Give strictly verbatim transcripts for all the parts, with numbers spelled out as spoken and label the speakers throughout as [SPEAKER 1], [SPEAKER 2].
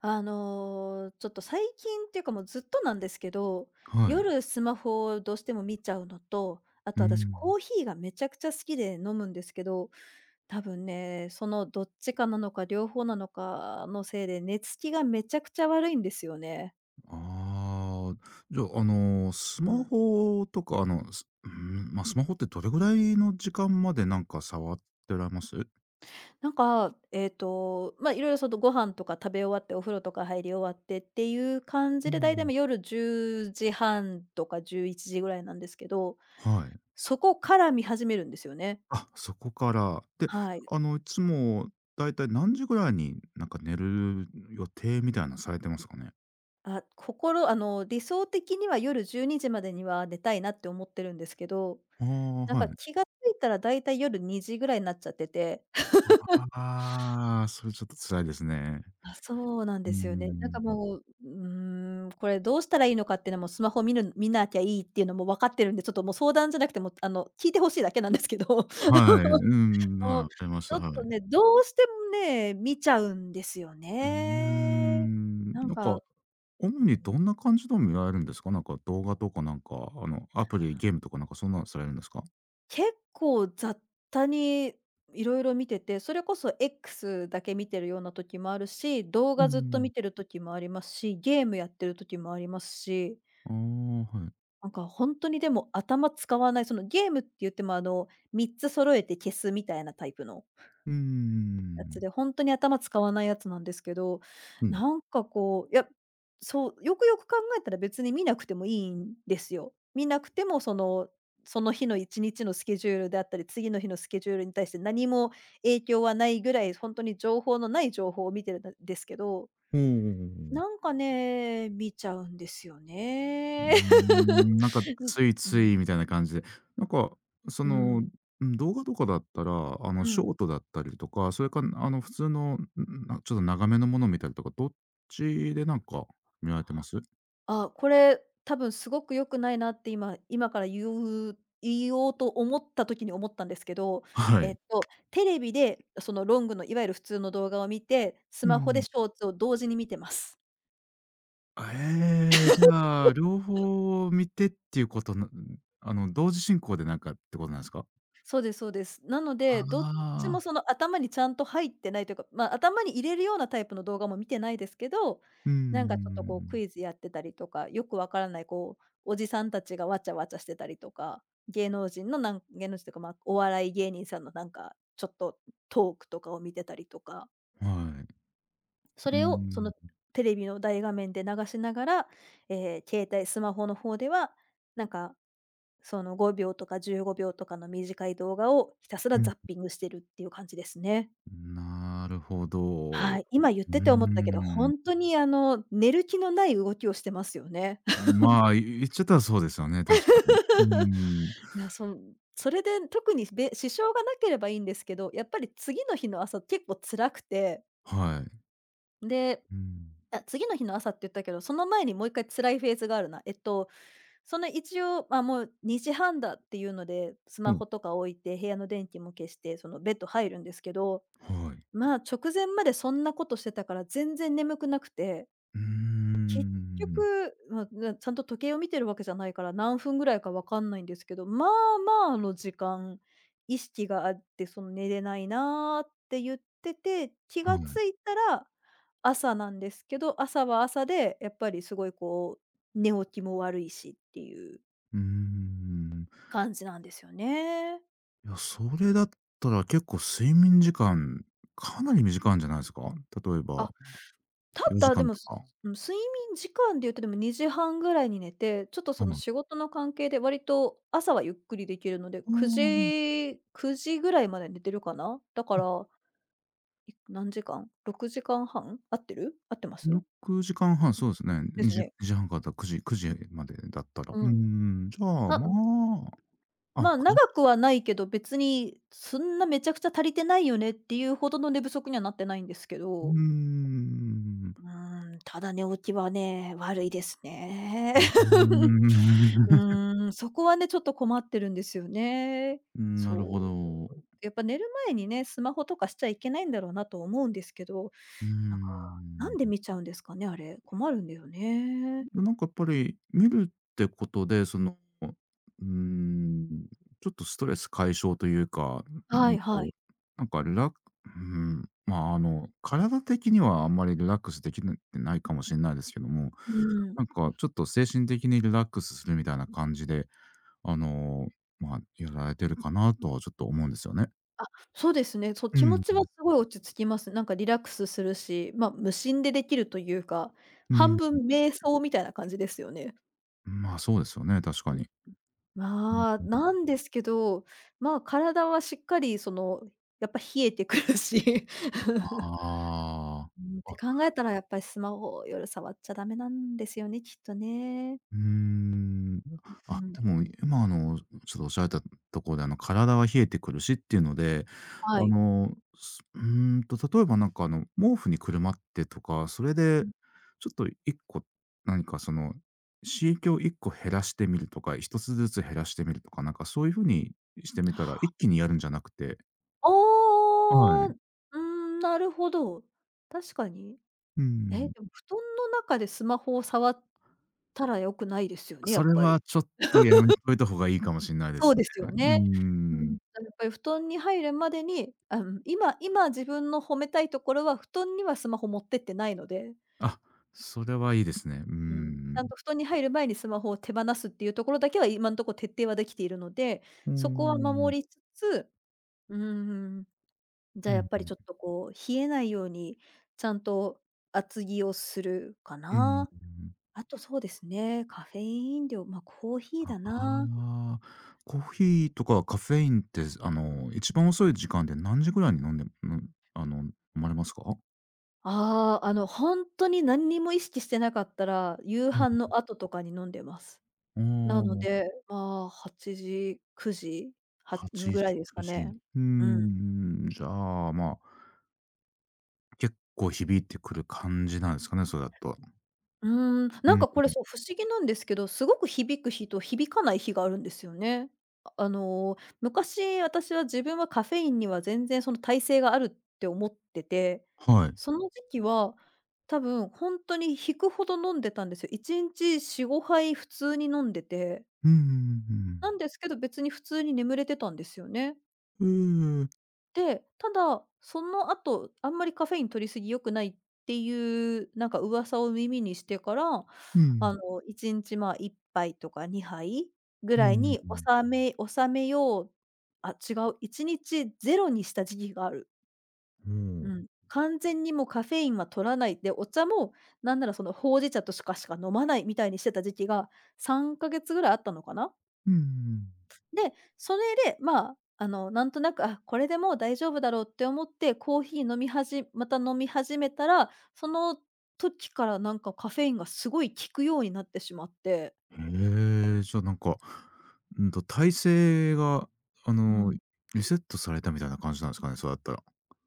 [SPEAKER 1] あの、ちょっと最近っていうかもうずっとなんですけど、
[SPEAKER 2] はい。
[SPEAKER 1] 夜スマホをどうしても見ちゃうのと、あ
[SPEAKER 2] う
[SPEAKER 1] と私
[SPEAKER 2] ん。
[SPEAKER 1] コーヒーがめちゃくちゃ好きで飲むんですけど、多分ね、そのどっちかなのか両方なのかのせいで寝つきがめちゃくちゃ悪いんですよね。
[SPEAKER 2] ああ、じゃあ、あの、ス
[SPEAKER 1] う
[SPEAKER 2] マ
[SPEAKER 1] ん。
[SPEAKER 2] ホとか、あの、すうん、まあ、スマホってどれぐらいの時間までなんか触ってられます？
[SPEAKER 1] なんか、えっと、まあ、いろいろそのご飯とか食べ終わってお風呂とか入り終わってっていう感
[SPEAKER 2] う
[SPEAKER 1] じで、だいたい
[SPEAKER 2] ん。
[SPEAKER 1] ま夜じゅうじはんとかじゅういちじぐらいなんですけど、
[SPEAKER 2] はい。
[SPEAKER 1] そこから見始めるんですよね。
[SPEAKER 2] あ、そこから。で、
[SPEAKER 1] はい。
[SPEAKER 2] あの、いつもだいたい何時ぐらいになんか寝る予定みたいなのされてますかね？
[SPEAKER 1] あ、心あの、理想的には夜じゅうにじまでには寝たいなって思ってるんですけど、
[SPEAKER 2] ああ、
[SPEAKER 1] なん
[SPEAKER 2] は
[SPEAKER 1] か
[SPEAKER 2] い。
[SPEAKER 1] 気がついたらだいたい夜にじぐらいになっちゃってて。
[SPEAKER 2] ああ、それちょっと辛いですね。
[SPEAKER 1] あ、そうなん
[SPEAKER 2] うー
[SPEAKER 1] ですよね。なんか
[SPEAKER 2] ん。
[SPEAKER 1] もう、うーん、これどうしたらいいのかっていうのもスマホ見る見なきゃいいっていうのも分かってるんで、ちょっともう相談じゃなくても、あの、聞いて欲しいだけなんですけど。
[SPEAKER 2] はい。うん、
[SPEAKER 1] もう、
[SPEAKER 2] わかりまし
[SPEAKER 1] ち
[SPEAKER 2] た。
[SPEAKER 1] ょっ
[SPEAKER 2] は
[SPEAKER 1] と
[SPEAKER 2] い。
[SPEAKER 1] ね、どうしてもね、見ちゃうんですよ
[SPEAKER 2] うー
[SPEAKER 1] ね。
[SPEAKER 2] ん、
[SPEAKER 1] なん
[SPEAKER 2] なんか
[SPEAKER 1] か、
[SPEAKER 2] 主
[SPEAKER 1] う
[SPEAKER 2] にど
[SPEAKER 1] ん、
[SPEAKER 2] んな感じの見られるんですか？なんか動画とかなんか、あの、アプリ、ゲームとかなんかそんなのされるんですか？
[SPEAKER 1] 結構雑多にいろいろ見てて、それこそ X だけ見てるような時もあるし、動
[SPEAKER 2] う
[SPEAKER 1] 画ずっと
[SPEAKER 2] ん。
[SPEAKER 1] 見てる時もありますし、ゲームやってる時もありますし、
[SPEAKER 2] ああ、はい。
[SPEAKER 1] なんか本当にでも頭使わない、そのゲームって言ってもあの、みっつ揃えて消すみたいなタイプの
[SPEAKER 2] うんうんう
[SPEAKER 1] や
[SPEAKER 2] んん
[SPEAKER 1] つ
[SPEAKER 2] う
[SPEAKER 1] で、本当に頭使わないやつなんですけど、なんかこう、いや、そう、よくよく考えたら別に見なくてもいいんですよ。見なくてもその、その日のいちにちのスケジュールであったり、次の日のスケジュールに対して何も影響はないぐらい、本当に情報のない情報を見てるんですけど、
[SPEAKER 2] おお
[SPEAKER 1] なんかね、見ちゃうんですよ
[SPEAKER 2] うー
[SPEAKER 1] ね。
[SPEAKER 2] ん、なんかつい ついみたいな感じで、なんか、そ
[SPEAKER 1] うん、う
[SPEAKER 2] の、
[SPEAKER 1] ん、
[SPEAKER 2] ん、動画とかだったら、あの、
[SPEAKER 1] う
[SPEAKER 2] ショ
[SPEAKER 1] ん。
[SPEAKER 2] ートだったりとか、それか、あの、普通の、んなちょっと長めのものを見たりとか、どっちでなんか見られてます？
[SPEAKER 1] あ、これ、多分すごく良くないなって今今から言う言おうと思った時に思ったんですけど、
[SPEAKER 2] は
[SPEAKER 1] え
[SPEAKER 2] い。
[SPEAKER 1] っと、テレビでそのロングのいわゆる普通の動画を見て、ス
[SPEAKER 2] う
[SPEAKER 1] マホで
[SPEAKER 2] ん
[SPEAKER 1] ショーツを同時に見てます。
[SPEAKER 2] あ、ええ、じゃあ、両方を見てっていうことなあの、同時進行でなんかってことなんですか？
[SPEAKER 1] そうですそうです。なの
[SPEAKER 2] あ
[SPEAKER 1] で、どっちも
[SPEAKER 2] あ、
[SPEAKER 1] その頭にちゃんと入ってないというか、ま、あ頭に入れるようなタイプの動画も見てないですけど、
[SPEAKER 2] うん
[SPEAKER 1] なんかちょっと
[SPEAKER 2] ん
[SPEAKER 1] こうクイズやってたりとか、よくわからないこう、おじさんたちがわちゃわちゃしてたりとか、芸能人のなん芸能人というか、まあ、お笑い芸人さんのなんか、ちょっとトークとかを見てたりとか、
[SPEAKER 2] はい。
[SPEAKER 1] そ
[SPEAKER 2] う
[SPEAKER 1] れをそ
[SPEAKER 2] ー
[SPEAKER 1] の
[SPEAKER 2] ん。
[SPEAKER 1] テレビの大画面で流しながら、ええ、携帯、スマホの方では、なんかそのごびょうとかじゅうごびょうとかの短い動画をひたすら
[SPEAKER 2] うん。
[SPEAKER 1] ザッピングしてるっていう感じですね。
[SPEAKER 2] なるほど。う
[SPEAKER 1] はい、今言っ
[SPEAKER 2] ー
[SPEAKER 1] てて思ったけど、ほ
[SPEAKER 2] ん。
[SPEAKER 1] んとにあの、寝る気のない動きをしてますよね。
[SPEAKER 2] まあ、い言っちゃったらそうですよね、確かに。うー ん。
[SPEAKER 1] いや、そんそれで特にべ支障がなければいいんですけど、やっぱり次の日の朝結構辛くて、
[SPEAKER 2] はい。
[SPEAKER 1] で、
[SPEAKER 2] うん。
[SPEAKER 1] あ、次の日の朝って言ったけど、その前にもういっかい辛いフェーズがあるな。えっと、その一応、ま、もうにじはんだっていうので、ス
[SPEAKER 2] ほ
[SPEAKER 1] マ
[SPEAKER 2] う、
[SPEAKER 1] ホとか置いて部屋の電気も消して、そのベッド入るんですけど
[SPEAKER 2] はい。
[SPEAKER 1] まあ、直前までそんなことしてたから全然眠くなくて、
[SPEAKER 2] うー
[SPEAKER 1] 結
[SPEAKER 2] ん。
[SPEAKER 1] 局、まあ、なちゃんと時計を見てるわけじゃないから、何分ぐらいかわかんないんですけど、まあまあの時間、意識があって、その寝れないなーって言ってて、気
[SPEAKER 2] は
[SPEAKER 1] が
[SPEAKER 2] い。
[SPEAKER 1] ついたら朝なんですけど、朝は朝でやっぱりすごいこう、寝起きも悪いしっていう
[SPEAKER 2] うーん。
[SPEAKER 1] 感じなんですよね。
[SPEAKER 2] いや、それだったら結構睡眠時間、かなり短いんじゃないですか？例えば
[SPEAKER 1] あたっ
[SPEAKER 2] 4
[SPEAKER 1] た
[SPEAKER 2] 時
[SPEAKER 1] で
[SPEAKER 2] 間
[SPEAKER 1] も、
[SPEAKER 2] と
[SPEAKER 1] す
[SPEAKER 2] か。
[SPEAKER 1] うん、睡眠時間で言うとでもにじはんぐらいに寝て、ちょっとそ
[SPEAKER 2] う
[SPEAKER 1] の
[SPEAKER 2] ん。
[SPEAKER 1] 仕事の関係で割と朝はゆっくりできるので、
[SPEAKER 2] ま
[SPEAKER 1] 9
[SPEAKER 2] あ
[SPEAKER 1] 時9時ぐらいまで寝てるかな。だから、い何時間？ろくじかんはん？合ってる？合っ
[SPEAKER 2] あ、
[SPEAKER 1] てます？
[SPEAKER 2] ろくじかんはん、
[SPEAKER 1] あ、
[SPEAKER 2] そうですね。
[SPEAKER 1] で
[SPEAKER 2] 2
[SPEAKER 1] す
[SPEAKER 2] 時2
[SPEAKER 1] ね。
[SPEAKER 2] 時半からだくじくじまでだったら。うー
[SPEAKER 1] うん。
[SPEAKER 2] ん、じゃあ、
[SPEAKER 1] たまあ
[SPEAKER 2] まあ、あ、9
[SPEAKER 1] 長
[SPEAKER 2] 時
[SPEAKER 1] くはないけど、別にそんなめちゃくちゃ足りてないよねっていうほどの寝不足にはなってないんですけ
[SPEAKER 2] う
[SPEAKER 1] ど。
[SPEAKER 2] ん。
[SPEAKER 1] うーん、ただ寝起きはね、悪いですね。
[SPEAKER 2] うー
[SPEAKER 1] う
[SPEAKER 2] ん。
[SPEAKER 1] ーん、そこはね、ちょっと困ってるんですよね。
[SPEAKER 2] うーん、な
[SPEAKER 1] そ
[SPEAKER 2] るほ
[SPEAKER 1] う。
[SPEAKER 2] ど。う
[SPEAKER 1] やっぱ寝る前にね、スマホとかしちゃいけないんだろうなと思うんですけど、
[SPEAKER 2] ー
[SPEAKER 1] なんか、なんで
[SPEAKER 2] ん。
[SPEAKER 1] 見ちゃうんですかね、あれ。困るんだよね。
[SPEAKER 2] で、なんかやっぱり見るってことで、その、うーん、ちょっとストレス解消というか、う
[SPEAKER 1] は
[SPEAKER 2] ん
[SPEAKER 1] いは
[SPEAKER 2] と、
[SPEAKER 1] い。
[SPEAKER 2] なんかリラックうん、まあ、あの、体的にはあんまりリラックスできてないかもしれないですけども、
[SPEAKER 1] うん。
[SPEAKER 2] なんかちょっと精神的にリラックスするみたいな感じで、あの、まあ、やられてるかなとはちょっと思うんですよね。
[SPEAKER 1] あ、そうですね。そう、
[SPEAKER 2] う
[SPEAKER 1] 気持
[SPEAKER 2] ん、
[SPEAKER 1] ちはすごい落ち着きます。なんかリラックスするし、まあ、無心でできるというか、
[SPEAKER 2] う
[SPEAKER 1] 半
[SPEAKER 2] ん。
[SPEAKER 1] 分瞑想みたいな感じですよね。
[SPEAKER 2] まあ、そうですよね、確かに。
[SPEAKER 1] まあ、なんですけど、まあ、体はしっかりその、やっぱ冷えてくるし。
[SPEAKER 2] あ。あ。
[SPEAKER 1] うん、って考えたらやっぱりスマホを夜触っちゃダメなんですよね、きっとね。
[SPEAKER 2] うーん。
[SPEAKER 1] う
[SPEAKER 2] あ、
[SPEAKER 1] ん、
[SPEAKER 2] でも今あの、ちょっとおっしゃられたところで、あの体は冷えてくるしっていうので、
[SPEAKER 1] は
[SPEAKER 2] あ
[SPEAKER 1] い。
[SPEAKER 2] の、すうーんと、例えばなんかあの、毛布にくるまってとか、それで
[SPEAKER 1] うん。
[SPEAKER 2] ちょっといっこ何かその、刺激をいっこ減らしてみるとか、ひとつずつ減らしてみるとか、なんかそういう風にしてみたら、一気にやるんじゃなくて
[SPEAKER 1] あ
[SPEAKER 2] は
[SPEAKER 1] う
[SPEAKER 2] い。
[SPEAKER 1] ーうん、なるほど。確かに。
[SPEAKER 2] う
[SPEAKER 1] え、
[SPEAKER 2] ん。
[SPEAKER 1] でも布団の中でスマホを触ったら良くないですよね、や
[SPEAKER 2] そ
[SPEAKER 1] っ
[SPEAKER 2] れ
[SPEAKER 1] ぱ
[SPEAKER 2] は
[SPEAKER 1] り。
[SPEAKER 2] ちょっとやめといた方がいいかもしんないで
[SPEAKER 1] そう
[SPEAKER 2] すね。
[SPEAKER 1] ですよ
[SPEAKER 2] うー
[SPEAKER 1] ね。う
[SPEAKER 2] ん。
[SPEAKER 1] ん、だやっぱり布団に入るまでに、あ、うん、今今自分の褒めたいところは、布団にはスマホ持ってってないので、
[SPEAKER 2] あ、それはいいですね。うー
[SPEAKER 1] うん、ちゃん
[SPEAKER 2] ん。
[SPEAKER 1] と布団に入る前にスマホを手放すっていうところだけは、今んとこ徹底はできているので、
[SPEAKER 2] うー
[SPEAKER 1] そこは
[SPEAKER 2] ん。
[SPEAKER 1] 守りつつ、うーん、じ
[SPEAKER 2] う
[SPEAKER 1] ゃあや
[SPEAKER 2] ん
[SPEAKER 1] っぱ
[SPEAKER 2] う
[SPEAKER 1] り
[SPEAKER 2] ん。
[SPEAKER 1] ちょっとこう、冷えないように、ちゃんと厚着をするか
[SPEAKER 2] うん。
[SPEAKER 1] な。あとそうですね、カフェイン飲料、ま、コーヒー
[SPEAKER 2] あ
[SPEAKER 1] だな。
[SPEAKER 2] あ、コーヒーとかカフェインって、あの、一番遅い時間で何時ぐらいに飲んでんあの、飲まれますか？
[SPEAKER 1] ああ、あの、本当に何にも意識してなかったら、夕
[SPEAKER 2] うん。
[SPEAKER 1] 飯の後とかに飲んでます。
[SPEAKER 2] あ
[SPEAKER 1] なの
[SPEAKER 2] ん、
[SPEAKER 1] で、まあ、はちじ、くじ、は
[SPEAKER 2] はちじ、
[SPEAKER 1] ぐらいです
[SPEAKER 2] 9
[SPEAKER 1] か
[SPEAKER 2] 時。う
[SPEAKER 1] ね。
[SPEAKER 2] ー
[SPEAKER 1] うん。
[SPEAKER 2] ん、じゃあ、まあ、結構響いてくる感じなんですかね、それだと。
[SPEAKER 1] うーん、
[SPEAKER 2] う
[SPEAKER 1] なん
[SPEAKER 2] ん。
[SPEAKER 1] かこれそう、不思議なんですけど、すごく響く日と響かない日があるんですよね。ああの、昔、私は自分はカフェインには全然その耐性があるって思ってて、
[SPEAKER 2] はい。
[SPEAKER 1] その時期は多分ほんとに引くほど飲んでたんですよ。いちにちよん、ごはい普通に飲んでて
[SPEAKER 2] うんう
[SPEAKER 1] な
[SPEAKER 2] ん
[SPEAKER 1] んですけど、別に普通に眠れてたんですよね。
[SPEAKER 2] うんうん。ええ。
[SPEAKER 1] で、ただ、その後、あんまりカフェイン取りすぎ良くないっていう、なんか噂を耳にしてから、
[SPEAKER 2] うん。
[SPEAKER 1] あの、いちにち、まあ、いっぱいとかにはいぐ
[SPEAKER 2] う
[SPEAKER 1] らい
[SPEAKER 2] ん
[SPEAKER 1] に
[SPEAKER 2] うん。
[SPEAKER 1] 収め収めよう、あ、違う、いちにちロにした時期がある。
[SPEAKER 2] お
[SPEAKER 1] う
[SPEAKER 2] お。
[SPEAKER 1] ん。完全にもうカフェインは取らない。で、お茶もなんならそのほうじ茶としかしか飲まないみたいにしてた時期がさんかげつぐらいあったのかな。
[SPEAKER 2] うんうん。
[SPEAKER 1] で、それで、まあ、あの、なんとなく、あ、これでもう大丈夫だろうって思って、コーヒー飲みはじまた飲み始めたら、その時からなんかカフェインがすごい効くようになってしまって。
[SPEAKER 2] へえ、じゃあなんか、うんと、体勢があ
[SPEAKER 1] う
[SPEAKER 2] の、
[SPEAKER 1] ん。
[SPEAKER 2] リセットされたみたいな感じなんですかね、そうだったら。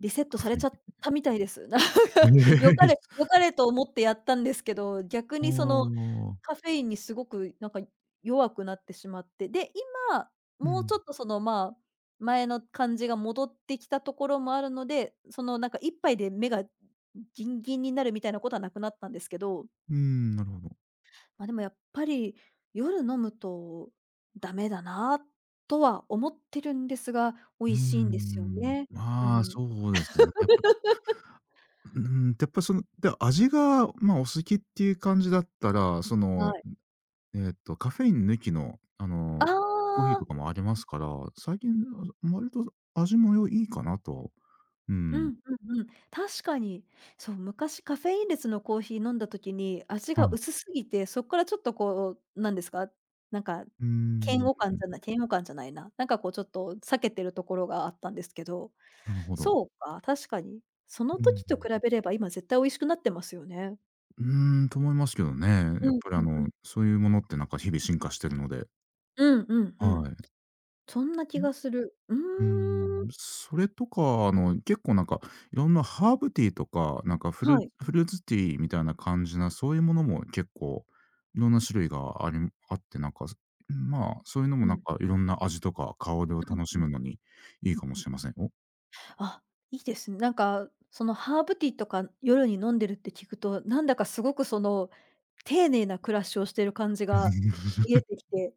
[SPEAKER 1] リセット
[SPEAKER 2] カ
[SPEAKER 1] さ
[SPEAKER 2] フ
[SPEAKER 1] れ
[SPEAKER 2] ェ
[SPEAKER 1] ち
[SPEAKER 2] に。
[SPEAKER 1] ゃったみたいです。なんか、良かれ良 かれと思ってやったんですけど、逆
[SPEAKER 2] ええ。あ
[SPEAKER 1] にその、
[SPEAKER 2] あ、
[SPEAKER 1] カフェインにすごくなんか弱くなってしまって、で、今、
[SPEAKER 2] う
[SPEAKER 1] もう
[SPEAKER 2] ん。
[SPEAKER 1] ちょっとその、まあ、前の感じが戻ってきたところもあるので、そのなんか一杯で目がギンギンになるみたいなことはなくなったんですけど、
[SPEAKER 2] うーん、なるほど。
[SPEAKER 1] まあ、でもやっぱり夜飲むとダメだなとは思ってるんですが、美
[SPEAKER 2] うー
[SPEAKER 1] 味しいんですよ
[SPEAKER 2] ん。
[SPEAKER 1] ね。う
[SPEAKER 2] まあ、
[SPEAKER 1] ん。
[SPEAKER 2] そうですね。やっぱ、うーん、やっぱその、で、味が、まあ、お好きっていう感じだったら、そ
[SPEAKER 1] は
[SPEAKER 2] の、
[SPEAKER 1] い。
[SPEAKER 2] えっと、カフェイン抜きの、あ
[SPEAKER 1] あ
[SPEAKER 2] の、コーヒーとか
[SPEAKER 1] あ。
[SPEAKER 2] もありますから、最近、あ、割と味も良いいかなと、う
[SPEAKER 1] う
[SPEAKER 2] ん、
[SPEAKER 1] んうんうん。確かに。そう、昔カフェインレスのコーヒー飲んだ時に、味
[SPEAKER 2] は
[SPEAKER 1] が
[SPEAKER 2] い。
[SPEAKER 1] 薄すぎて、そっからちょっとこう、なんですか、なんか、
[SPEAKER 2] うー
[SPEAKER 1] 嫌
[SPEAKER 2] ん。
[SPEAKER 1] 悪感じゃない嫌悪感じゃないな。なんかこうちょっと避けてるところがあったんですけど、
[SPEAKER 2] なるほど。
[SPEAKER 1] そうか、確かに。その
[SPEAKER 2] うん。
[SPEAKER 1] 時と比べれば今絶対美味しくなってますよね。
[SPEAKER 2] うーん、と思いますけどね。や
[SPEAKER 1] う
[SPEAKER 2] っ
[SPEAKER 1] ん
[SPEAKER 2] ぱり
[SPEAKER 1] う
[SPEAKER 2] あ
[SPEAKER 1] んう
[SPEAKER 2] の、
[SPEAKER 1] ん。
[SPEAKER 2] そういうものってなんか日々進化してるので、
[SPEAKER 1] うんうんう
[SPEAKER 2] は
[SPEAKER 1] ん。
[SPEAKER 2] い。
[SPEAKER 1] そんな気がする。う
[SPEAKER 2] うー
[SPEAKER 1] ーん。
[SPEAKER 2] ん、それとか、あの、結構なんか、いろんなハーブティーとか、なんかフル
[SPEAKER 1] はい。
[SPEAKER 2] フルーツティーみたいな感じな、そういうものも結構いろんな種類がありあって、なんか、まあ、そういうのも
[SPEAKER 1] うん。う
[SPEAKER 2] なん
[SPEAKER 1] ん
[SPEAKER 2] かいろんな味とか香りを
[SPEAKER 1] う
[SPEAKER 2] 楽し
[SPEAKER 1] ん。
[SPEAKER 2] むのにいいかもしれませんよ。
[SPEAKER 1] あ、いいですね。なんか、そのハーブティーとか夜に飲んでるって聞くと、なんだかすごくその、丁寧な暮らしをしてる感じが 見えてきて、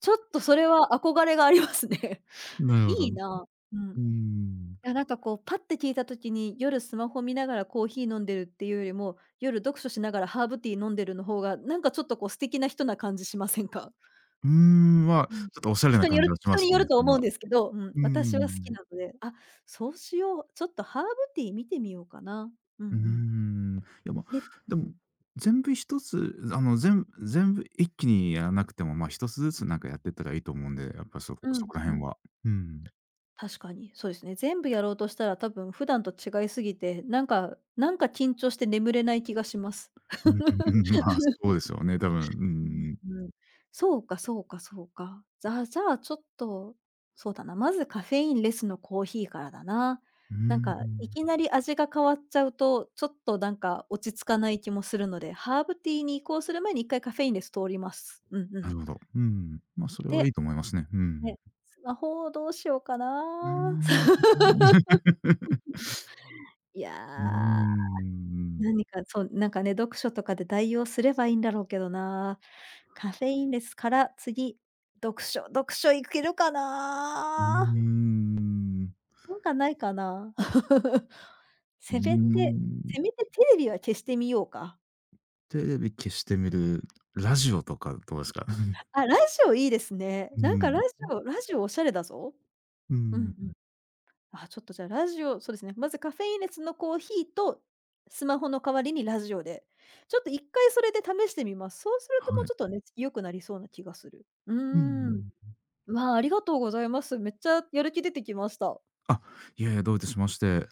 [SPEAKER 1] ちょっとそれは憧れがありますね。
[SPEAKER 2] なるほど。
[SPEAKER 1] い
[SPEAKER 2] う
[SPEAKER 1] いな。うん。
[SPEAKER 2] ー
[SPEAKER 1] い
[SPEAKER 2] ん。
[SPEAKER 1] や、なんかこうパッて聞いた時に、夜スマホ見ながらコーヒー飲んでるっていうよりも、夜読書しながらハーブティー飲んでるの方が、なんかちょっとこう素敵な人な感じしませんか？
[SPEAKER 2] うーん、まあ、
[SPEAKER 1] うん。
[SPEAKER 2] ちょっとおしゃれな
[SPEAKER 1] 人に
[SPEAKER 2] 感
[SPEAKER 1] よ
[SPEAKER 2] じ
[SPEAKER 1] る
[SPEAKER 2] はしま
[SPEAKER 1] 人
[SPEAKER 2] す
[SPEAKER 1] によ
[SPEAKER 2] ね。
[SPEAKER 1] ると思うんですけど、うん、
[SPEAKER 2] うー
[SPEAKER 1] 私は好き
[SPEAKER 2] ん。
[SPEAKER 1] なので、あ、そうしよう、ちょっとハーブティー見てみようかな。うんう
[SPEAKER 2] うー
[SPEAKER 1] ん。
[SPEAKER 2] ん。いや、ま、
[SPEAKER 1] で
[SPEAKER 2] でも、
[SPEAKER 1] うん。
[SPEAKER 2] 全部一つ、あの、全全部一気にやらなくても、ま、ひとつずつなんかやってったらいいと思うんで、やっぱそこ
[SPEAKER 1] う
[SPEAKER 2] そ
[SPEAKER 1] ん
[SPEAKER 2] こら
[SPEAKER 1] う
[SPEAKER 2] 辺
[SPEAKER 1] ん。
[SPEAKER 2] は。うん。
[SPEAKER 1] 確かに、そうですね。全部やろうとしたら多分普段と違いすぎて、なんかなんか緊張して眠れない気がします。
[SPEAKER 2] うんうんうん、まあ、そうですよね、多分。うんうんう
[SPEAKER 1] う
[SPEAKER 2] ん。
[SPEAKER 1] んそうかそうかそうか。じゃあじゃあ、ちょっと、そうだな、まずカフェインレスのコーヒーからだな。
[SPEAKER 2] う
[SPEAKER 1] なん
[SPEAKER 2] ー
[SPEAKER 1] か、
[SPEAKER 2] ん。
[SPEAKER 1] いきなり味が変わっちゃうと、ちょっとなんか落ち着かない気もするので、ハーブティーに移行する前に一回カフェインレス通ります。うんう
[SPEAKER 2] なるほ
[SPEAKER 1] ん。
[SPEAKER 2] ど。うん。ま、それはい
[SPEAKER 1] で、
[SPEAKER 2] いと思いますね。うん。
[SPEAKER 1] ね、スマホをどうしようか
[SPEAKER 2] うー
[SPEAKER 1] な。
[SPEAKER 2] ん。
[SPEAKER 1] いや
[SPEAKER 2] うー
[SPEAKER 1] ー、
[SPEAKER 2] ん。
[SPEAKER 1] 何かそう、なんかね、読書とかで代用すればいいんだろうけどな。カフェインレスから次、読書読書いけるか
[SPEAKER 2] うー
[SPEAKER 1] な？
[SPEAKER 2] ん。
[SPEAKER 1] なんかないかな？
[SPEAKER 2] うー
[SPEAKER 1] せめて
[SPEAKER 2] ん。
[SPEAKER 1] せめてテレビは消してみようか。
[SPEAKER 2] テレビ消してみる、ラジオとかどうですか？
[SPEAKER 1] あ、ラジオいいですね。
[SPEAKER 2] う
[SPEAKER 1] なんかラ
[SPEAKER 2] ん。
[SPEAKER 1] ジオラジオおしゃれだぞ。
[SPEAKER 2] う
[SPEAKER 1] うんう
[SPEAKER 2] ん。
[SPEAKER 1] ん。あ、ちょっとじゃあラジオそうですね、まずカフェインレスのコーヒーと、スマホの代わりにラジオで、ちょっと一回それで試してみます。そうすると
[SPEAKER 2] は
[SPEAKER 1] もう
[SPEAKER 2] い。
[SPEAKER 1] ちょっと熱気よ良くなりそうな気がする。う
[SPEAKER 2] うんう
[SPEAKER 1] ーん。
[SPEAKER 2] ん。
[SPEAKER 1] まあ、ありがとうございます。めっちゃやる気出てきました。
[SPEAKER 2] あ、いやいや、どういたしまして。